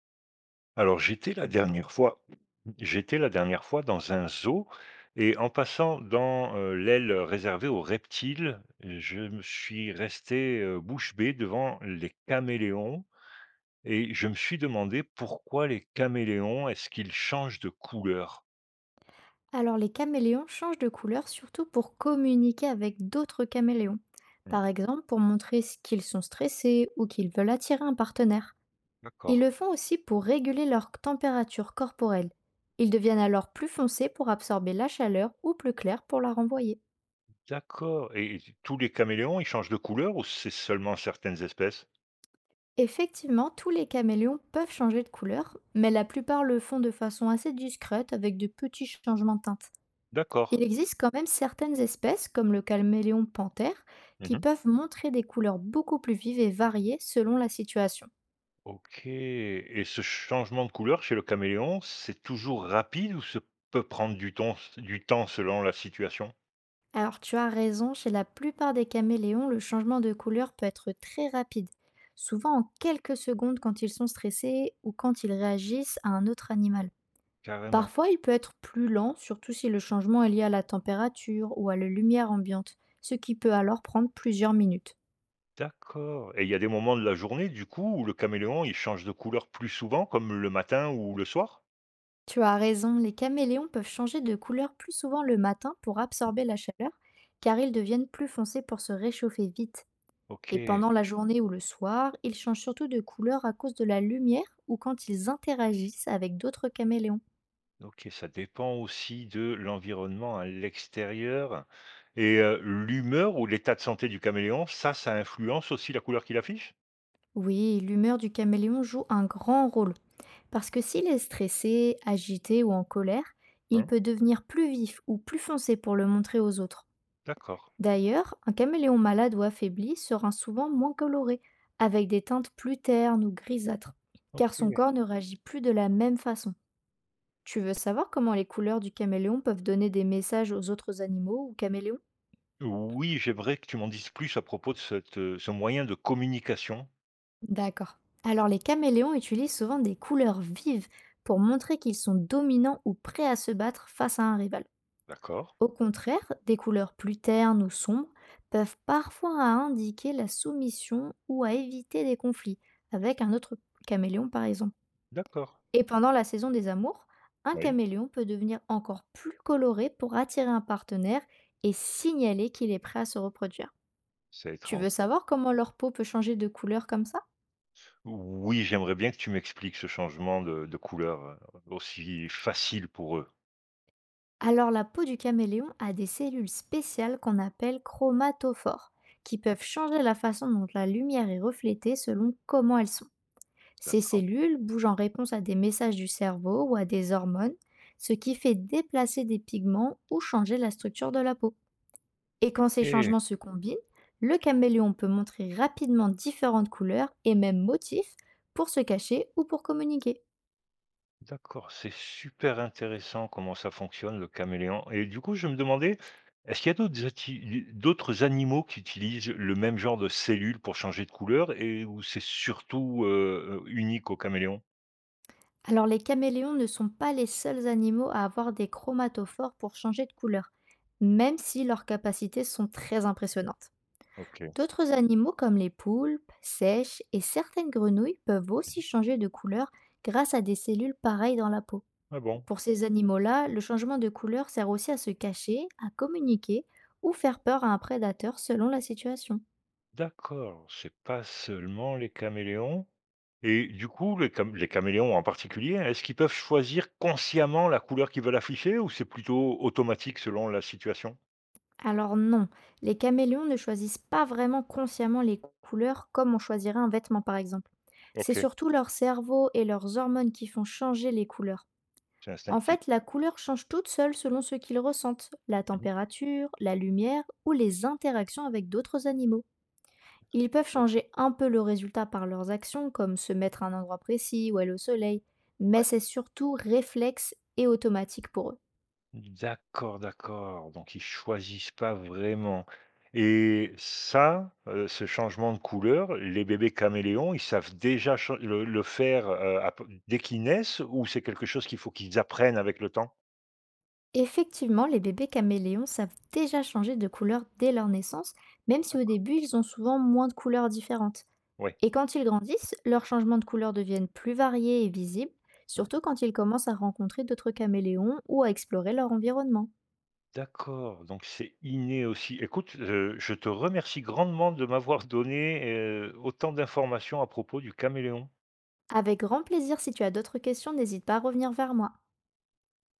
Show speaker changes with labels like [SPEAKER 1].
[SPEAKER 1] Alors, j'étais la dernière fois j'étais la dernière fois dans un zoo et en passant dans, l'aile réservée aux reptiles, je me suis resté, bouche bée devant les caméléons, et je me suis demandé pourquoi les caméléons, est-ce qu'ils changent de couleur?
[SPEAKER 2] Alors les caméléons changent de couleur surtout pour communiquer avec d'autres caméléons.
[SPEAKER 1] Ouais,
[SPEAKER 2] Par exemple, pour montrer qu'ils sont stressés ou qu'ils veulent attirer un partenaire. Ils
[SPEAKER 1] d'accord.
[SPEAKER 2] le font aussi pour réguler leur température corporelle. Ils deviennent alors plus foncés pour absorber la chaleur ou plus clairs pour la renvoyer.
[SPEAKER 1] D'accord, et tous les caméléons, ils changent de couleur ou c'est seulement certaines espèces?
[SPEAKER 2] Effectivement, tous les caméléons peuvent changer de couleur, mais la plupart le font de façon assez discrète avec de petits changements de teinte.
[SPEAKER 1] D'accord.
[SPEAKER 2] Il existe quand même certaines espèces, comme le caméléon panthère, qui
[SPEAKER 1] Mmh.
[SPEAKER 2] peuvent montrer des couleurs beaucoup plus vives et variées selon la situation.
[SPEAKER 1] OK, et ce changement de couleur chez le caméléon, c'est toujours rapide ou ça peut prendre du temps selon la situation?
[SPEAKER 2] Alors tu as raison, chez la plupart des caméléons, le changement de couleur peut être très rapide, souvent en quelques secondes quand ils sont stressés ou quand ils réagissent à un autre animal.
[SPEAKER 1] Carrément.
[SPEAKER 2] Parfois, il peut être plus lent, surtout si le changement est lié à la température ou à la lumière ambiante, ce qui peut alors prendre plusieurs minutes.
[SPEAKER 1] D'accord, et il y a des moments de la journée, du coup, où le caméléon, il change de couleur plus souvent, comme le matin ou le soir?
[SPEAKER 2] Tu as raison, les caméléons peuvent changer de couleur plus souvent le matin pour absorber la chaleur, car ils deviennent plus foncés pour se réchauffer vite. Et
[SPEAKER 1] OK.
[SPEAKER 2] pendant la journée ou le soir, ils changent surtout de couleur à cause de la lumière ou quand ils interagissent avec d'autres caméléons.
[SPEAKER 1] OK, ça dépend aussi de l'environnement à l'extérieur, et l'humeur ou l'état de santé du caméléon, ça influence aussi la couleur qu'il affiche?
[SPEAKER 2] Oui, l'humeur du caméléon joue un grand rôle, parce que s'il est stressé, agité ou en colère, il
[SPEAKER 1] Hein?
[SPEAKER 2] peut devenir plus vif ou plus foncé pour le montrer aux autres.
[SPEAKER 1] D'accord.
[SPEAKER 2] D'ailleurs, un caméléon malade ou affaibli sera souvent moins coloré, avec des teintes plus ternes ou grisâtres, car son
[SPEAKER 1] OK.
[SPEAKER 2] corps ne réagit plus de la même façon. Tu veux savoir comment les couleurs du caméléon peuvent donner des messages aux autres animaux ou caméléons?
[SPEAKER 1] Oui, j'aimerais que tu m'en dises plus à propos de cette, ce moyen de communication.
[SPEAKER 2] D'accord. Alors les caméléons utilisent souvent des couleurs vives pour montrer qu'ils sont dominants ou prêts à se battre face à un rival.
[SPEAKER 1] D'accord,
[SPEAKER 2] Au contraire, des couleurs plus ternes ou sombres peuvent parfois indiquer la soumission ou à éviter des conflits, avec un autre caméléon par exemple.
[SPEAKER 1] d'accord.
[SPEAKER 2] Et pendant la saison des amours, un
[SPEAKER 1] Oui,
[SPEAKER 2] caméléon peut devenir encore plus coloré pour attirer un partenaire et signaler qu'il est prêt à se reproduire.
[SPEAKER 1] c'est
[SPEAKER 2] Tu
[SPEAKER 1] étrange.
[SPEAKER 2] veux savoir comment leur peau peut changer de couleur comme ça?
[SPEAKER 1] Oui, j'aimerais bien que tu m'expliques ce changement de couleur, aussi facile pour eux.
[SPEAKER 2] Alors la peau du caméléon a des cellules spéciales qu'on appelle chromatophores, qui peuvent changer la façon dont la lumière est reflétée selon comment elles sont. Ces
[SPEAKER 1] D'accord.
[SPEAKER 2] cellules bougent en réponse à des messages du cerveau ou à des hormones, ce qui fait déplacer des pigments ou changer la structure de la peau. Et quand ces
[SPEAKER 1] OK,
[SPEAKER 2] changements se combinent, le caméléon peut montrer rapidement différentes couleurs et même motifs pour se cacher ou pour communiquer.
[SPEAKER 1] d'accord, c'est super intéressant comment ça fonctionne le caméléon, et du coup, je me demandais, est-ce qu'il y a d'autres animaux qui utilisent le même genre de cellules pour changer de couleur, et où c'est surtout, unique au caméléon?
[SPEAKER 2] Alors les caméléons ne sont pas les seuls animaux à avoir des chromatophores pour changer de couleur, même si leurs capacités sont très impressionnantes.
[SPEAKER 1] OK.
[SPEAKER 2] D'autres animaux comme les poulpes, sèches et certaines grenouilles peuvent aussi changer de couleur grâce à des cellules pareilles dans la peau.
[SPEAKER 1] Ah bon?
[SPEAKER 2] Pour ces animaux-là, le changement de couleur sert aussi à se cacher, à communiquer ou faire peur à un prédateur selon la situation.
[SPEAKER 1] D'accord, c'est pas seulement les caméléons? Et du coup, les caméléons en particulier, hein, est-ce qu'ils peuvent choisir consciemment la couleur qu'ils veulent afficher ou c'est plutôt automatique selon la situation?
[SPEAKER 2] Alors non, les caméléons ne choisissent pas vraiment consciemment les couleurs comme on choisirait un vêtement par exemple. C'est
[SPEAKER 1] OK,
[SPEAKER 2] surtout leur cerveau et leurs hormones qui font changer les couleurs.
[SPEAKER 1] c'est
[SPEAKER 2] En
[SPEAKER 1] instinctif.
[SPEAKER 2] fait, la couleur change toute seule selon ce qu'ils ressentent, la
[SPEAKER 1] Mmh.
[SPEAKER 2] température, la lumière ou les interactions avec d'autres animaux. Ils peuvent
[SPEAKER 1] Mmh,
[SPEAKER 2] changer un peu le résultat par leurs actions, comme se mettre à un endroit précis ou aller au soleil, mais
[SPEAKER 1] ouais.
[SPEAKER 2] c'est surtout réflexe et automatique pour eux.
[SPEAKER 1] D'accord, d'accord, donc ils choisissent pas vraiment, et ça, ce changement de couleur, les bébés caméléons, ils savent déjà cha le faire, à dès qu'ils naissent ou c'est quelque chose qu'il faut qu'ils apprennent avec le temps?
[SPEAKER 2] Effectivement, les bébés caméléons savent déjà changer de couleur dès leur naissance, même si au
[SPEAKER 1] D'accord.
[SPEAKER 2] début ils ont souvent moins de couleurs différentes.
[SPEAKER 1] Ouais.
[SPEAKER 2] Et quand ils grandissent, leurs changements de couleur deviennent plus variés et visibles, surtout
[SPEAKER 1] Mmh.
[SPEAKER 2] quand ils commencent à rencontrer d'autres caméléons ou à explorer leur environnement.
[SPEAKER 1] D'accord, donc c'est inné aussi. Écoute, je te remercie grandement de m'avoir donné, autant d'informations à propos du caméléon.
[SPEAKER 2] Avec grand plaisir, si tu as d'autres questions, n'hésite pas à revenir vers moi.